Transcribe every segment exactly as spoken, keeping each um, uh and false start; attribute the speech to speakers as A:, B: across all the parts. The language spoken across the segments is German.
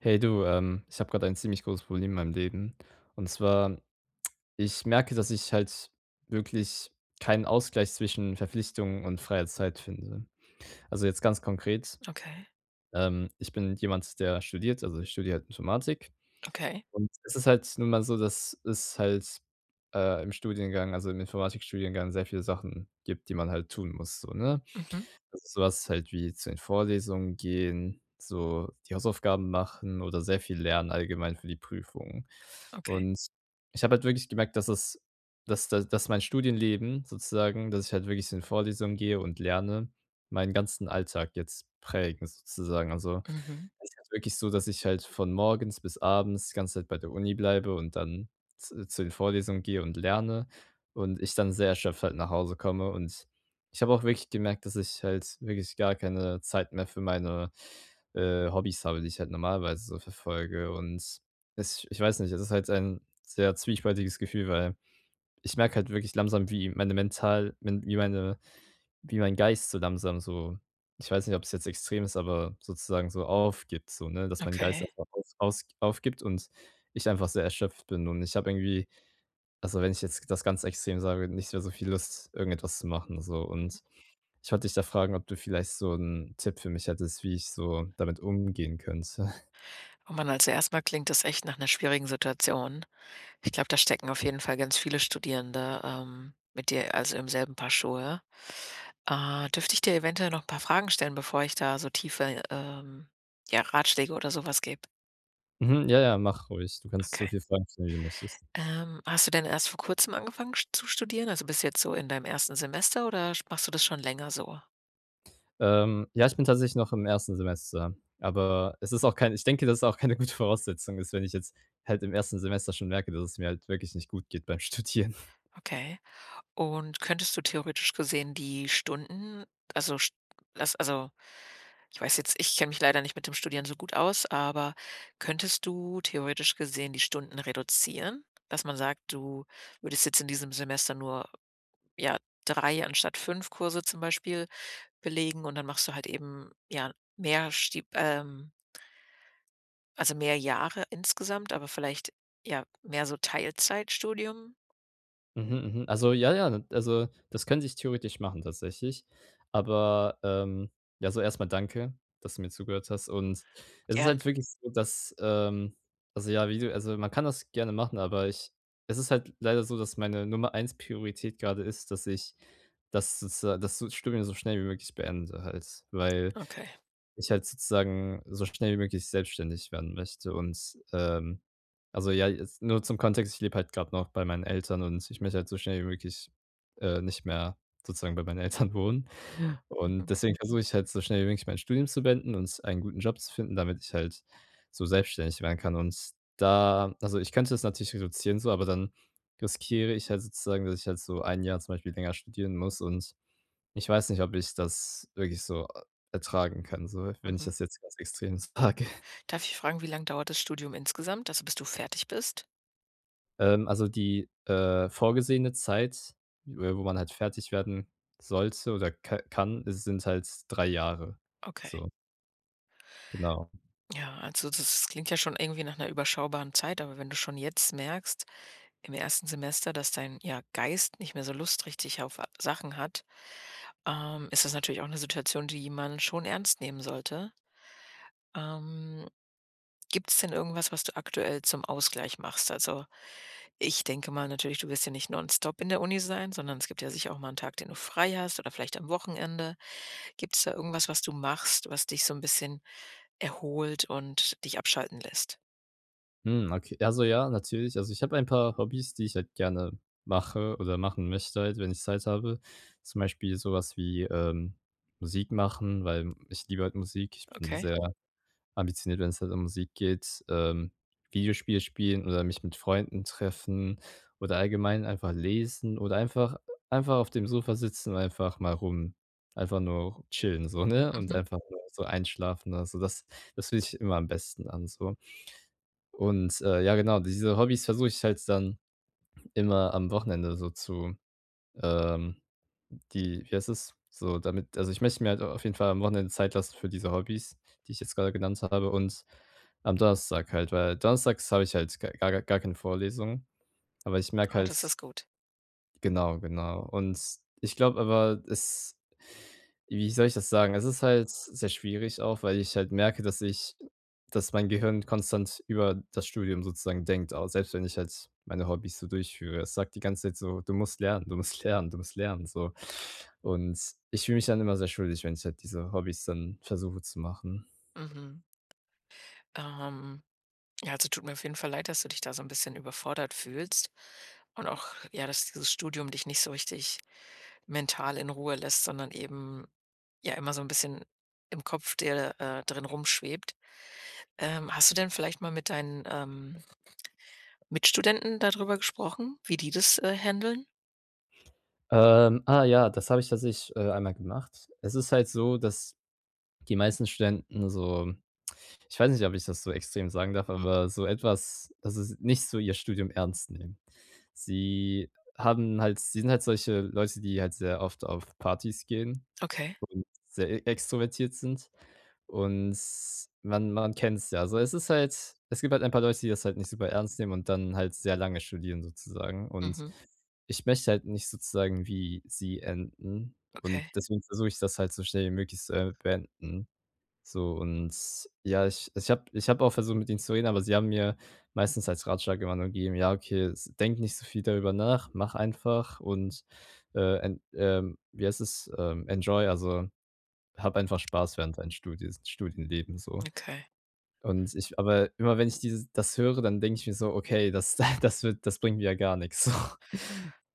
A: Hey du, ähm, ich habe gerade ein ziemlich großes Problem in meinem Leben. Und zwar, ich merke, dass ich halt wirklich keinen Ausgleich zwischen Verpflichtungen und freier Zeit finde. Also jetzt ganz konkret,
B: Okay,
A: ähm, ich bin jemand, der studiert, also ich studiere halt Informatik.
B: okay.
A: Und es ist halt nun mal so, dass es halt äh, im Studiengang, also im Informatikstudiengang, sehr viele Sachen gibt, die man halt tun muss. So, ne?
B: Mhm,
A: Also, so was halt wie zu den Vorlesungen gehen, so die Hausaufgaben machen oder sehr viel lernen allgemein für die Prüfungen.
B: okay.
A: Und ich habe halt wirklich gemerkt, dass es dass dass dass mein Studienleben sozusagen, dass ich halt wirklich zu den Vorlesungen gehe und lerne, meinen ganzen Alltag jetzt prägen sozusagen. Also,
B: Mhm,
A: es ist halt wirklich so, dass ich halt von morgens bis abends die ganze Zeit bei der Uni bleibe und dann z zu den Vorlesungen gehe und lerne und ich dann sehr erschöpft halt nach Hause komme. Und ich habe auch wirklich gemerkt, dass ich halt wirklich gar keine Zeit mehr für meine, äh, Hobbys habe, die ich halt normalerweise so verfolge. Und es, ich weiß nicht, es ist halt ein sehr zwiespältiges Gefühl, weil ich merke halt wirklich langsam, wie meine mental men wie meine wie mein Geist so langsam so, ich weiß nicht, ob es jetzt extrem ist, aber sozusagen so aufgibt so, ne, dass mein Geist
B: okay.
A: einfach aus aus aufgibt und ich einfach sehr erschöpft bin. Und ich habe irgendwie, also, wenn ich jetzt das ganz extrem sage, nicht mehr so viel Lust, irgendetwas zu machen so.
B: Mhm.
A: Und ich wollte dich da fragen, ob du vielleicht so einen Tipp für mich hättest, wie ich so damit umgehen könnte.
B: Oh Mann, also erstmal klingt das echt nach einer schwierigen Situation. Ich glaube, da stecken auf jeden Fall ganz viele Studierende, ähm, mit dir, also im selben Paar Schuhe. Äh, dürfte ich dir eventuell noch ein paar Fragen stellen, bevor ich da so tiefe, ähm, ja, Ratschläge oder sowas gebe?
A: Mhm, ja, ja, mach ruhig. Du kannst so
B: Okay.
A: viel Fragen, wie du möchtest.
B: Ähm, hast du denn erst vor Kurzem angefangen sch zu studieren? Also, bist du jetzt so in deinem ersten Semester oder sch machst du das schon länger so?
A: Ähm, ja, ich bin tatsächlich noch im ersten Semester, aber es ist auch kein, ich denke, dass es auch keine gute Voraussetzung ist, wenn ich jetzt halt im ersten Semester schon merke, dass es mir halt wirklich nicht gut geht beim Studieren.
B: Okay. Und könntest du theoretisch gesehen die Stunden, also st das, also, ich weiß jetzt ich kenne mich leider nicht mit dem Studieren so gut aus, aber könntest du theoretisch gesehen die Stunden reduzieren? Dass man sagt, du würdest jetzt in diesem Semester nur, ja, drei anstatt fünf Kurse zum Beispiel belegen und dann machst du halt eben, ja, mehr Stieb ähm, also mehr Jahre insgesamt, aber vielleicht, ja, mehr so Teilzeitstudium?
A: Mhm, mhm. Also, ja, ja, also, das könnte ich theoretisch machen tatsächlich. Aber, ähm, ja, so erstmal danke, dass du mir zugehört hast. Und es ist
B: Gern.
A: halt wirklich so, dass, ähm also, ja, wie du, also, man kann das gerne machen, aber ich, es ist halt leider so, dass meine Nummer eins Priorität gerade ist, dass ich das sozusa das so Studium so schnell wie möglich beende halt, weil
B: Okay.
A: ich halt sozusagen so schnell wie möglich selbstständig werden möchte. Und, ähm also, ja, jetzt nur zum Kontext, ich lebe halt gerade noch bei meinen Eltern und ich möchte halt so schnell wie möglich, äh, nicht mehr sozusagen bei meinen Eltern wohnen. Und
B: Mhm.
A: deswegen versuche ich halt so schnell wie möglich mein Studium zu beenden und einen guten Job zu finden, damit ich halt so selbstständig werden kann. Und da, also, ich könnte das natürlich reduzieren so, aber dann riskiere ich halt sozusagen, dass ich halt so ein Jahr zum Beispiel länger studieren muss. Und ich weiß nicht, ob ich das wirklich so, äh, ertragen kann, so, wenn ich
B: Mhm.
A: das jetzt ganz extrem sage.
B: Darf ich fragen, wie lange dauert das Studium insgesamt? Also, bis du fertig bist?
A: Ähm, also, die, äh, vorgesehene Zeit, äh, wo man halt fertig werden sollte oder ka kann, es sind halt drei Jahre.
B: Okay.
A: So, genau.
B: Ja, also, das klingt ja schon irgendwie nach einer überschaubaren Zeit, aber wenn du schon jetzt merkst, im ersten Semester, dass dein, ja, Geist nicht mehr so Lust richtig auf a- Sachen hat, ähm, ist das natürlich auch eine Situation, die man schon ernst nehmen sollte. Ähm, Gibt es denn irgendwas, was du aktuell zum Ausgleich machst? Also, ich denke mal natürlich, du wirst ja nicht nonstop in der Uni sein, sondern es gibt ja sicher auch mal einen Tag, den du frei hast oder vielleicht am Wochenende. Gibt es da irgendwas, was du machst, was dich so ein bisschen erholt und dich abschalten lässt?
A: Hm, okay. Also, ja, natürlich. Also, ich habe ein paar Hobbys, die ich halt gerne mache oder machen möchte halt, wenn ich Zeit habe. Zum Beispiel sowas wie, ähm, Musik machen, weil ich liebe halt Musik. Ich bin
B: Okay.
A: sehr ambitioniert, wenn es halt um Musik geht, ähm, Videospiel spielen oder mich mit Freunden treffen oder allgemein einfach lesen oder einfach einfach auf dem Sofa sitzen und einfach mal rum einfach nur chillen so, ne, und
B: Mhm.
A: einfach nur so einschlafen oder so. Das das fühlt sich immer am besten an so. Und, äh, ja genau, diese Hobbys versuche ich halt dann immer am Wochenende so zu, ähm die, wie heißt es? So damit, also ich möchte mir halt auf jeden Fall am Wochenende Zeit lassen für diese Hobbys, die ich jetzt gerade genannt habe. Und am Donnerstag halt, weil donnerstags habe ich halt ga gar gar keine Vorlesung, aber ich merke
B: Ah,
A: halt,
B: das ist gut.
A: genau, genau. Und ich glaube aber, es, wie soll ich das sagen? Es ist halt sehr schwierig auch, weil ich halt merke, dass ich, dass mein Gehirn konstant über das Studium sozusagen denkt, auch selbst wenn ich halt meine Hobbys so durchführe. Es sagt die ganze Zeit so: „Du musst lernen, du musst lernen, du musst lernen“, so. Und ich fühle mich dann immer sehr schuldig, wenn ich halt diese Hobbys dann versuche zu machen.
B: Mhm. Ähm, ja, also tut mir auf jeden Fall leid, dass du dich da so ein bisschen überfordert fühlst und auch, ja, dass dieses Studium dich nicht so richtig mental in Ruhe lässt, sondern eben, ja, immer so ein bisschen im Kopf dir, äh, drin rumschwebt. Ähm, hast du denn vielleicht mal mit deinen, ähm, Mitstudenten darüber gesprochen, wie die das, äh, händeln?
A: Ähm, ah ja, das habe ich tatsächlich, äh, einmal gemacht. Es ist halt so, dass die meisten Studenten so, ich weiß nicht, ob ich das so extrem sagen darf, aber so etwas, dass es nicht so, ihr Studium ernst nehmen. Sie haben halt sie sind halt solche Leute, die halt sehr oft auf Partys gehen
B: Okay.
A: und sehr e extrovertiert sind. Und man man kennt es ja. Also, es ist halt, es gibt halt ein paar Leute, die das halt nicht super ernst nehmen und dann halt sehr lange studieren sozusagen. Und
B: Mhm.
A: ich möchte halt nicht sozusagen wie sie enden und
B: Okay,
A: deswegen versuche ich das halt so schnell wie möglich zu, äh, beenden. So. Und ja, ich ich habe ich habe auch versucht, mit ihnen zu reden, aber sie haben mir meistens als Ratschlag immer nur gegeben: „Ja, okay, s denk nicht so viel darüber nach, mach einfach und, äh, en ähm, wie heißt es, ähm, enjoy, also, hab einfach Spaß während deinen Studis Studienleben“, so.
B: okay,
A: Und ich, aber immer wenn ich dieses das höre, dann denke ich mir so: „Okay, das das wird das bringt mir ja gar nichts so.“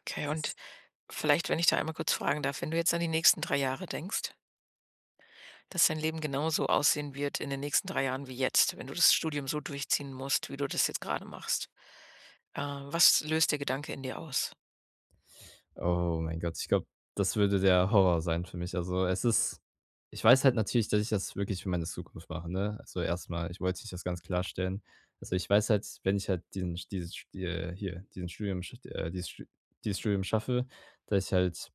B: okay. Und vielleicht, wenn ich da einmal kurz fragen darf, wenn du jetzt an die nächsten drei Jahre denkst, dass dein Leben genauso aussehen wird in den nächsten drei Jahren wie jetzt, wenn du das Studium so durchziehen musst, wie du das jetzt gerade machst. Äh, was löst der Gedanke in dir aus?
A: Oh mein Gott, ich glaube, das würde der Horror sein für mich. Also, es ist, ich weiß halt natürlich, dass ich das wirklich für meine Zukunft mache, ne? Also, erstmal, ich wollte sich das ganz klarstellen. Also, ich weiß halt, wenn ich halt diesen dieses St äh, hier, diesen Studium sch äh, dieses Stu dieses Studium schaffe, dass ich halt,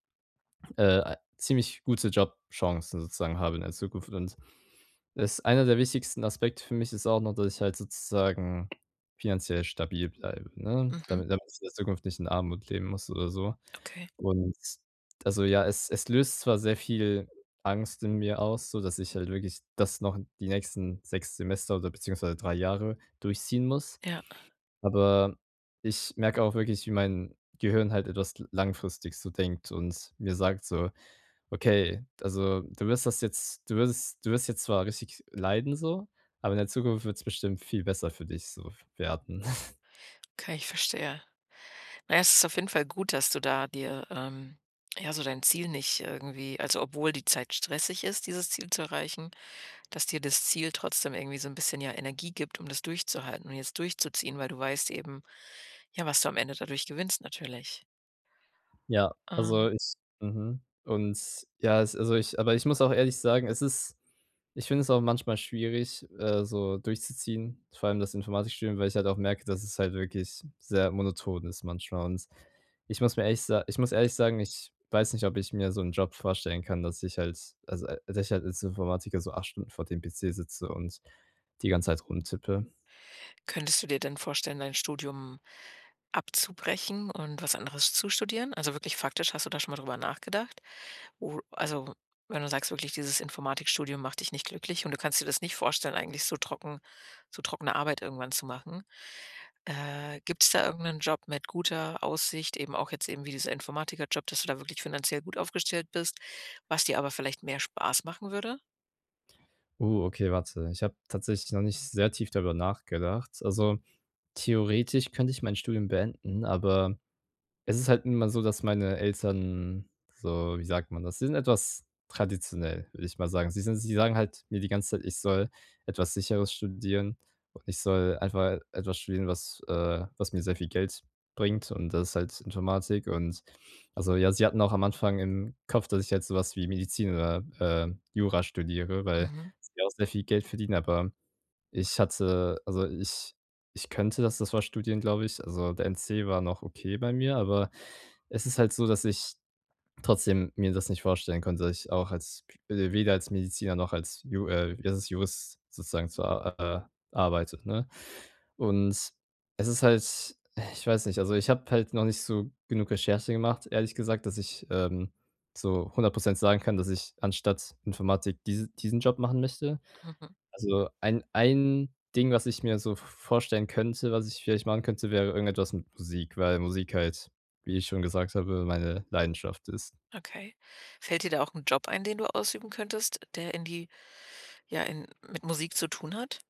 A: äh, ziemlich gute Jobchancen sozusagen habe in der Zukunft. Und das einer der wichtigsten Aspekte für mich ist auch noch, dass ich halt sozusagen finanziell stabil bleibe, ne?
B: Mhm,
A: Damit damit ich in der Zukunft nicht in Armut leben muss oder so.
B: okay.
A: Und also, ja, es es löst zwar sehr viel Angst in mir aus, so dass ich halt wirklich das noch die nächsten sechs Semester oder beziehungsweise drei Jahre durchziehen muss,
B: Ja,
A: aber ich merke auch wirklich, wie mein Gehirn halt etwas langfristig so denkt und mir sagt so: „Okay, also, du wirst das jetzt du wirst du wirst jetzt zwar richtig leiden so, aber in der Zukunft wird es bestimmt viel besser für dich so werden.“
B: okay, ich verstehe. Na ja, es ist auf jeden Fall gut, dass du da dir, ähm ja, so dein Ziel nicht irgendwie, also, obwohl die Zeit stressig ist, dieses Ziel zu erreichen. Dass dir das Ziel trotzdem irgendwie so ein bisschen, ja, Energie gibt, um das durchzuhalten und jetzt durchzuziehen, weil du weißt eben, ja, was du am Ende dadurch gewinnst natürlich.
A: Ja,
B: Ähm,
A: also, ich, mhm. Und ja, es, also, ich, aber ich muss auch ehrlich sagen, es ist, ich finde es auch manchmal schwierig, äh, so durchzuziehen, vor allem das Informatikstudium, weil ich halt auch merke, dass es halt wirklich sehr monoton ist manchmal. Und ich muss mir ehrlich sa ich muss ehrlich sagen, ich weiß nicht, ob ich mir so einen Job vorstellen kann, dass ich halt, also, äh, dass ich halt als Informatiker so acht Stunden vor dem P C sitze und die ganze Zeit rumtippe.
B: könntest du dir denn vorstellen, dein Studium abzubrechen und was anderes zu studieren? Also, wirklich faktisch, hast du da schon mal drüber nachgedacht? Wo, also, wenn du sagst wirklich, dieses Informatikstudium macht dich nicht glücklich und du kannst dir das nicht vorstellen, eigentlich so trocken so trockene Arbeit irgendwann zu machen? Äh, gibt's da irgendeinen Job mit guter Aussicht, eben auch jetzt eben wie dieser Informatikerjob, dass du da wirklich finanziell gut aufgestellt bist, was dir aber vielleicht mehr Spaß machen würde?
A: Uh, okay, warte. Ich habe tatsächlich noch nicht sehr tief darüber nachgedacht. Also, theoretisch könnte ich mein Studium beenden, aber es ist halt immer so, dass meine Eltern so, wie sagt man das? Sie sind etwas traditionell, würde ich mal sagen. Sie sind sie sagen halt mir die ganze Zeit, ich soll etwas Sicheres studieren und ich soll einfach etwas studieren, was äh, was mir sehr viel Geld bringt und das ist halt Informatik. Und also, ja, sie hatten auch am Anfang im Kopf, dass ich jetzt sowas wie Medizin oder, äh, Jura studiere, weil
B: Mhm,
A: sie auch sehr viel Geld verdienen, aber ich hatte, also, ich ich könnte das, das war Studien, glaube ich. Also, der N C war noch okay bei mir, aber es ist halt so, dass ich trotzdem mir das nicht vorstellen konnte, dass ich auch als äh, weder als Mediziner noch als Ju äh, wie heißt es, Jurist sozusagen zu a äh, arbeite, ne? Und es ist halt, ich weiß nicht, also, ich habe halt noch nicht so genug Recherche gemacht, ehrlich gesagt, dass ich, ähm, so hundert Prozent sagen kann, dass ich anstatt Informatik diese diesen Job machen möchte.
B: mhm,
A: Also, ein ein Ding, was ich mir so vorstellen könnte, was ich vielleicht machen könnte, wäre irgendetwas mit Musik, weil Musik halt, wie ich schon gesagt habe, meine Leidenschaft ist.
B: okay. Fällt dir da auch ein Job ein, den du ausüben könntest, der in die, ja, in mit Musik zu tun hat?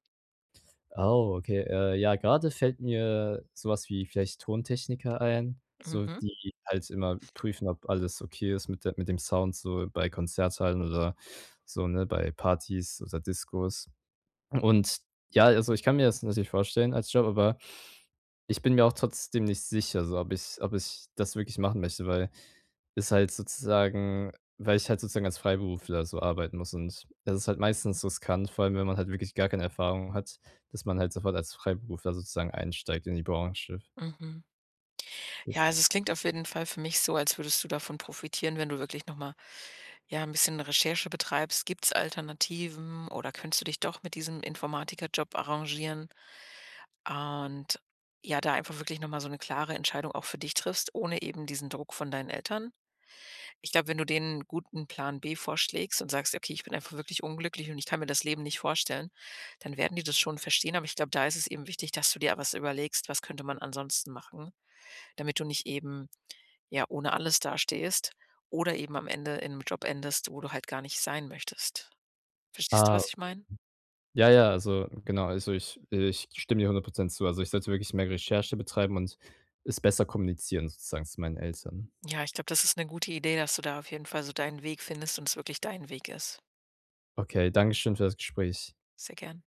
A: Oh, okay. Äh, ja, gerade fällt mir sowas wie vielleicht Tontechniker ein, so
B: Mhm,
A: die halt immer prüfen, ob alles okay ist mit der mit dem Sound so bei Konzerthallen oder so, ne, bei Partys oder Discos. Und ja, also, ich kann mir das natürlich vorstellen als Job, aber ich bin mir auch trotzdem nicht sicher, so ob ich ob ich das wirklich machen möchte, weil es halt sozusagen weil ich halt sozusagen als Freiberufler so arbeiten muss und das ist halt meistens riskant, vor allem, wenn man halt wirklich gar keine Erfahrung hat, dass man halt sofort als Freiberufler sozusagen einsteigt in die Branche.
B: mhm. Ja,
A: Das,
B: also es klingt auf jeden Fall für mich so, als würdest du davon profitieren, wenn du wirklich noch mal, ja, ein bisschen Recherche betreibst. Gibt es Alternativen oder könntest du dich doch mit diesem Informatikerjob arrangieren? Und ja, da einfach wirklich noch mal so eine klare Entscheidung auch für dich triffst, ohne eben diesen Druck von deinen Eltern. Ich glaube, wenn du denen 'n guten Plan B vorschlägst und sagst: „Okay, ich bin einfach wirklich unglücklich und ich kann mir das Leben nicht vorstellen“, dann werden die das schon verstehen. Aber ich glaube, da ist es eben wichtig, dass du dir was überlegst, was könnte man ansonsten machen, damit du nicht eben, ja, ohne alles dastehst oder eben am Ende in einem Job endest, wo du halt gar nicht sein möchtest. Verstehst du,
A: ah,
B: was ich meine?
A: ja, ja, also genau, also ich ich stimme dir hundert Prozent zu. Also, ich sollte wirklich mehr Recherche betreiben und es besser kommunizieren sozusagen zu meinen Eltern.
B: Ja, ich glaube, das ist eine gute Idee, dass du da auf jeden Fall so deinen Weg findest und es wirklich dein Weg ist.
A: Okay, danke schön für das Gespräch.
B: Sehr gerne.